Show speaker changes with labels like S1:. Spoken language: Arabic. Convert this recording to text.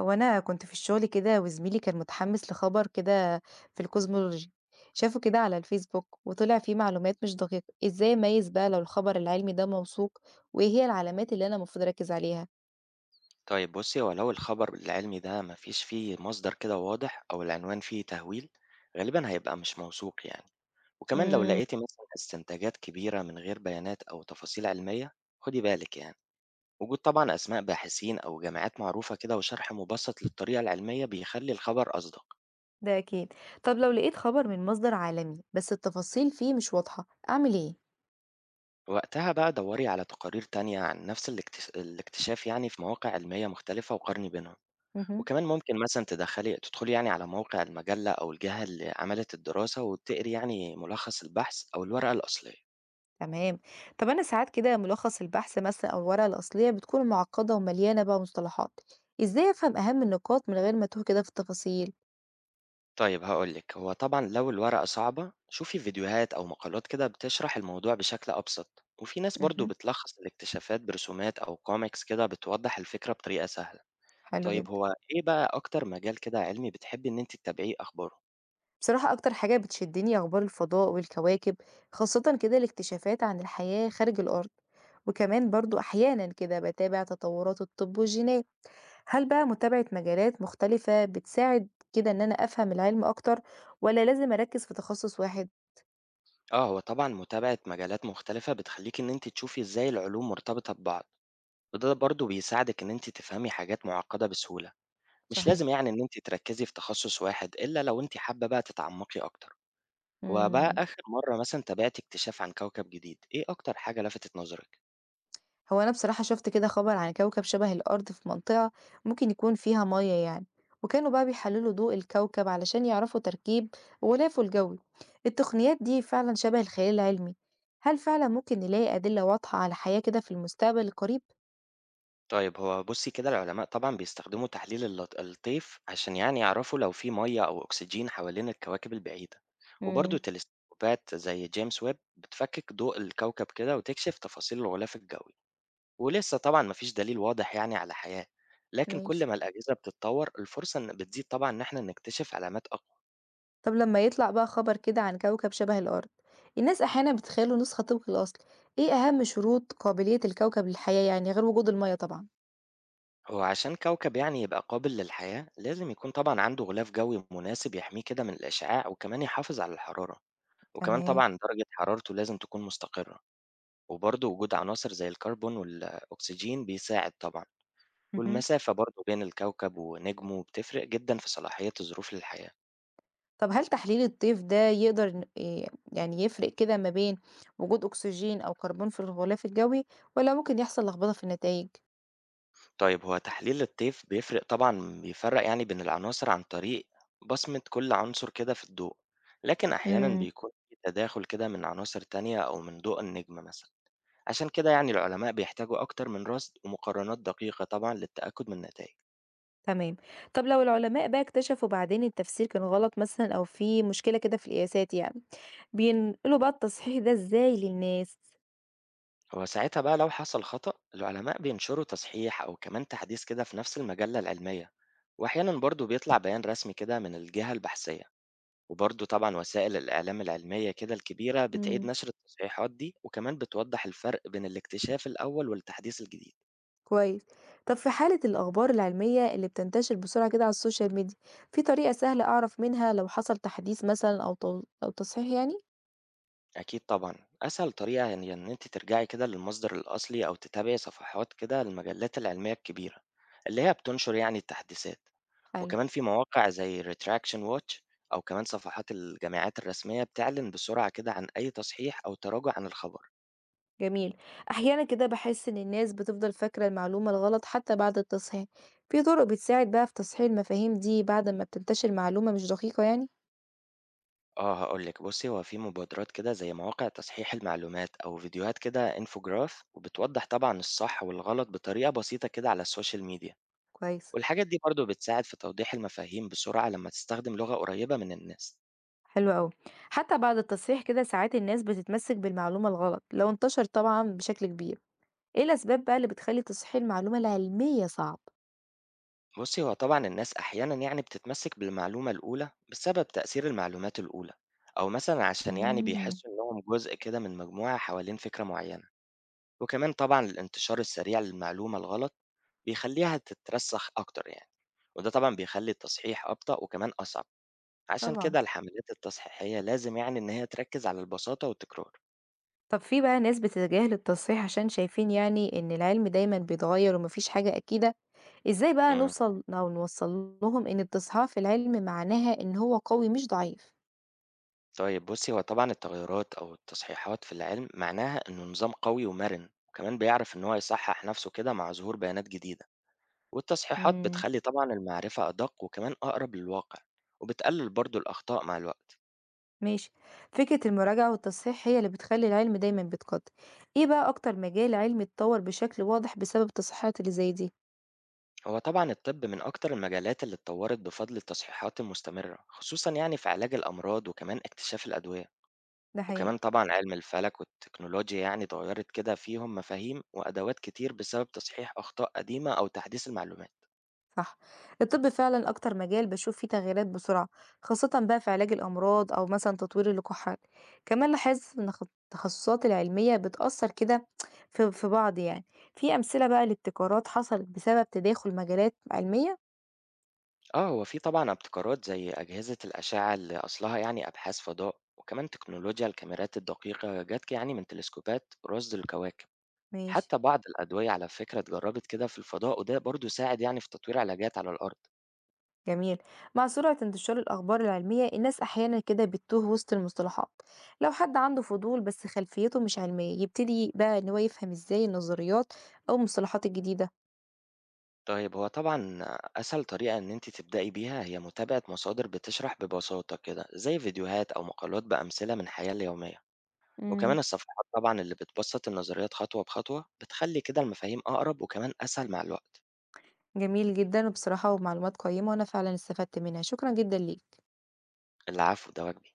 S1: هو أنا كنت في الشغل كده، وزميلي كان متحمس لخبر كده في الكوزمولوجي. شافه كده على الفيسبوك وطلع فيه معلومات مش دقيقة. ازاي اميز بقى لو الخبر العلمي ده موثوق، وايه هي العلامات اللي انا المفروض اركز عليها؟
S2: طيب بُصّي، هو لو الخبر العلمي ده ما فيش فيه مصدر كده واضح أو العنوان فيه تهويل، غالبًا هيبقى مش موثوق يعني. وكمان لو
S1: امم.
S2: لقيتِ مثلًا استنتاجات كبيرة من غير بيانات أو تفاصيل علمية، خدي بالِك يعني. وجود طبعًا أسماء باحثين أو جامعات معروفة كده وشرح مبسط للطريقة العلمية بيخلّي الخبر أصدق.
S1: ده اكيد. طب لو لقيت خبر من مصدر عالمي بس التفاصيل فيه مش واضحة، اعمل ايه؟
S2: وقتها بقى دوري على تقارير تانية عن نفس الاكتشاف يعني في مواقع علمية مختلفة وقارني بينهم.
S1: امم.
S2: وكمان ممكن مثلًا تدخلي يعني على موقع المجلة أو الجهة اللي عملت الدراسة وتقري يعني ملخص البحث أو الورقة الأصلية.
S1: تمام. طب انا ساعات كده ملخص البحث مثلا او الورقة الأصلية بتكون معقدة ومليانة بقى مصطلحات، ازاي افهم اهم النقاط من غير ما اتوه كده في التفاصيل؟
S2: طيب هاقول لِك، هو طبعًا لو الورقة صعبة شوفي فيديوهات أو مقالات كده بتشرح الموضوع بشكل أبسط، وفي ناس برضه
S1: امم.
S2: بتلخّص الاكتشافات برسومات أو comics كده بتوضّح الفكرة بطريقة سهلة.
S1: حلو
S2: طيب
S1: جدا.
S2: هو إيه بقى أكتر مجال كده علمي بتحبي إن أنتِ تتابعيه أخباره؟
S1: بصراحة أكتر حاجة بتشدني أخبار الفضاء والكواكب، خاصة كده الاكتشافات عن الحياة خارج الأرض. وكمان برضو أحيانا كده بتابع تطورات الطب والجينات. هل بقى متابعة مجالات مختلفة بتساعد كده إن أنا أفهم العلم أكتر، ولا لازم أركز في تخصص واحد؟
S2: آه، هو طبعًا متابعة مجالات مختلفة بتخلّيكِ إن أنتِ تشوفي إزاي العلوم مرتبطة ببعض، وده برضه بيساعدِك إن أنتِ تفهمي حاجات معقدة بسهولة. مش
S1: صحيح.
S2: لازم يعني إن أنتِ تركزي في تخصص واحد إلا لو أنتِ حابة بقى تتعمقي أكتر. هو بقى
S1: مم.
S2: آخر مرة مثلًا تابعتِ اكتشاف عن كوكب جديد، إيه أكتر حاجة لفتت نظرِك؟
S1: هو أنا بصراحة شُفت كده خبر عن كوكب شبه الأرض في منطقة ممكن يكون فيها مَيَّة يعني، وكانوا بقى بيحلّلوا ضوء الكوكب علشان يعرفوا تركيب غلافه الجوي، التقنيات دي فعلًا شبه الخيال العلمي، هل فعلًا ممكن نلاقي أدلة واضحة على حياة كده في المستقبل القريب؟
S2: طيب هو بُصّي كده العلماء طبعًا بيستخدموا تحليل الطيف عشان يعني يعرفوا لو في مَيّة أو أكسجين حوالين الكواكب البعيدة،
S1: امم،
S2: وبرضه تلسكوبات زي جيمس ويب بتفكك ضوء الكوكب كده وتكشف تفاصيل الغلاف الجوي. ولسه طبعًا ما فيش دليل واضح يعني على حياة، لكن
S1: ماشي.
S2: كل ما الأجهزة بتتطور الفرصة إن بتزيد طبعًا إن إحنا نكتشف علامات أقوى.
S1: طب لما يطلع بقى خبر كده عن كوكب شبه الأرض، الناس أحيانًا بتتخيلوا نسخة طبق الأصل، إيه أهم شروط قابلية الكوكب للحياة يعني غير وجود المَيَّة طبعًا؟
S2: وعشان كوكب يعني يبقى قابل للحياة لازم يكون طبعًا عنده غلاف جوي مناسب يحميه كده من الإشعاع وكمان يحافظ على الحرارة، وكمان
S1: تمام،
S2: طبعًا درجة حرارته لازم تكون مستقرة. وبرضه وجود عناصر زي الكربون والأكسجين بيساعد طبعًا،
S1: اهم.
S2: والمسافة برضه بين الكوكب ونجمه بتفرق جدًا في صلاحية الظروف للحياة.
S1: طب هل تحليل الطيف ده يقدر إيه يعني يفرق كده ما بين وجود أكسجين أو كربون في الغلاف الجوي، ولا ممكن يحصل لخبطة في النتائج؟
S2: طيب هو تحليل الطيف طبعًا بيفرّق يعني بين العناصر عن طريق بصمة كل عنصر كده في الضوء، لكن أحيانًا
S1: امم.
S2: بيكون في تداخل كده من عناصر تانية أو من ضوء النجم مثلًا. عشان كده يعني العلماء بيحتاجوا أكتر من رصد ومقارنات دقيقة طبعًا للتأكد من النتائج.
S1: تمام. طب لو العلماء بقى اكتشفوا بعدين التفسير كان غلط مثلا، أو في مشكلة كده في القياسات يعني، بينقلوا بقى التصحيح ده إزاي للناس؟
S2: هو ساعتها بقى لو حصل خطأ العلماء بينشروا تصحيح أو كمان تحديث كده في نفس المجلة العلمية، وأحيانًا برضه بيطلع بيان رسمي كده من الجهة البحثية. وبرضه طبعًا وسائل الإعلام العلمية كده الكبيرة بتعيد
S1: امم.
S2: نشر التصحيحات دي، وكمان بتوضح الفرق بين الاكتشاف الأول والتحديث الجديد.
S1: كويس. طب في حالة الأخبار العلمية اللي بتنتشر بسرعة كده على السوشيال ميديا، في طريقة سهلة أعرف منها لو حصل تحديث مثلا، أو أو تصحيح يعني؟
S2: أكيد طبعًا، أسهل طريقة يعني إن أنتِ ترجعي كده للمصدر الأصلي أو تتابعي صفحات كده المجلات العلمية الكبيرة، اللي هي بتنشر يعني التحديثات.
S1: حلو.
S2: وكمان في مواقع زي retraction watch أو كمان صفحات الجامعات الرسمية بتعلن بسرعة كده عن أي تصحيح أو تراجع عن الخبر.
S1: جميل. أحيانا كده بحس إن الناس بتفضل فاكرة المعلومة الغلط حتى بعد التصحيح، في طرق بتساعد بقى في تصحيح المفاهيم دي بعد ما بتنتشر معلومة مش دقيقة يعني؟
S2: آه، هاقول لِك بُصّي، هو في مبادرات كده زي مواقع تصحيح المعلومات أو فيديوهات كده infograph وبتوضّح طبعًا الصح والغلط بطريقة بسيطة كده على السوشيال ميديا،
S1: كويس.
S2: والحاجات دي برضه بتساعد في توضيح المفاهيم بسرعة لمّا تستخدم لغة قريبة من الناس.
S1: حلو أوي. حتى بعد التصحيح كده ساعات الناس بتتمسك بالمعلومة الغلط لو انتشر طبعا بشكل كبير، إيه الأسباب بقى اللي بتخلي تصحيح المعلومة العلمية صعب؟
S2: بُصّي، هو طبعًا الناس أحيانًا يعني بتتمسك بالمعلومة الأولى بسبب تأثير المعلومات الأولى، أو مثلًا عشان يعني
S1: مم.
S2: بيحسّوا إنّهم جزء كده من مجموعة حوالين فكرة معيّنة. وكمان طبعًا الانتشار السريع للمعلومة الغلط، بيخلّيها تترسّخ أكتر يعني، وده طبعًا بيخلّي التصحيح أبطأ وكمان أصعب. عشان
S1: طبعا.
S2: كده الحملات التصحيحية لازم يعني إن هي تركّز على البساطة والتكرار.
S1: طب في بقى ناس بتتجاهل التصحيح عشان شايفين يعني إن العلم دايما بيتغير ومفيش حاجة أكيدة، إزاي بقى
S2: إمم.
S1: نوصل أو نوصّل لهم إن التصحيح في العلم معناها إن هو قوي مش ضعيف؟
S2: طيب بُصّي، هو طبعًا التغيرات أو التصحيحات في العلم معناها إنه نظام قوي ومَرِن، وكمان بيعرف إن هو يصحّح نَفْسه كده مع ظهور بيانات جديدة، والتصحيحات
S1: امم.
S2: بتخلّي طبعًا المعرفة أدق وكمان أقرب للواقع، وبتقلل برضه الأخطاء مع الوقت.
S1: ماشي. فكرة المراجعة والتصحيح هي اللي بتخلي العلم دايما بيتقدم. ايه بقى اكتر مجال علمي اتطور بشكل واضح بسبب التصحيحات اللي زي دي؟
S2: هو طبعا الطب من أكتر المجالات اللي اتطورت بفضل التصحيحات المستمرة خصوصا يعني في علاج الأمراض وكمان اكتشاف الأدوية.
S1: ده حقيقي.
S2: وكمان طبعا علم الفلك والتكنولوجيا يعني اتغيرت كده فيهم مفاهيم وأدوات كتير بسبب تصحيح أخطاء قديمة أو تحديث المعلومات.
S1: صح. الطب فعلا أكتر مجال بشوف فيه تغييرات بسرعة، خاصة بقى في علاج الأمراض أو مثلا تطوير اللقاحات. كمان لاحظت إن التخصصات العلمية بتأثر كده في بعض يعني، في أمثلة بقى لابتكارات حصلت بسبب تداخل مجالات علمية؟
S2: اه هو في طبعا ابتكارات زي أجهزة الأشعة اللي أصلها يعني أبحاث فضاء وكمان تكنولوجيا الكاميرات الدقيقة جت يعني من تلسكوبات رصد الكواكب.
S1: ماشي.
S2: حتى بعض الأدوية على فكرة اتجربت كده في الفضاء، وده برضو ساعد يعني في تطوير علاجات على الأرض.
S1: جميل. مع سرعة انتشار الأخبار العلمية الناس أحيانا كده بتتوه وسط المصطلحات، لو حد عنده فضول بس خلفيته مش علمية، يبتدي بقى إن هو يفهم إزاي النظريات أو المصطلحات الجديدة؟
S2: طيب هو طبعًا أسهل طريقة إن أنتِ تبدئي بيها هي متابعة مصادر بتشرح ببساطة كده، زي فيديوهات أو مقالات بأمثلة من الحياة اليومية، وكمان الصفحات طبعًا اللي بتبسط النظريات خطوة بخطوة، بتخلي كده المفاهيم أقرب وكمان أسهل مع الوقت.
S1: جميل جدًا، وبصراحة معلومات قيّمة وأنا فعلًا استفدت منها، شكرًا جدًا ليك.
S2: العفو، ده واجبي.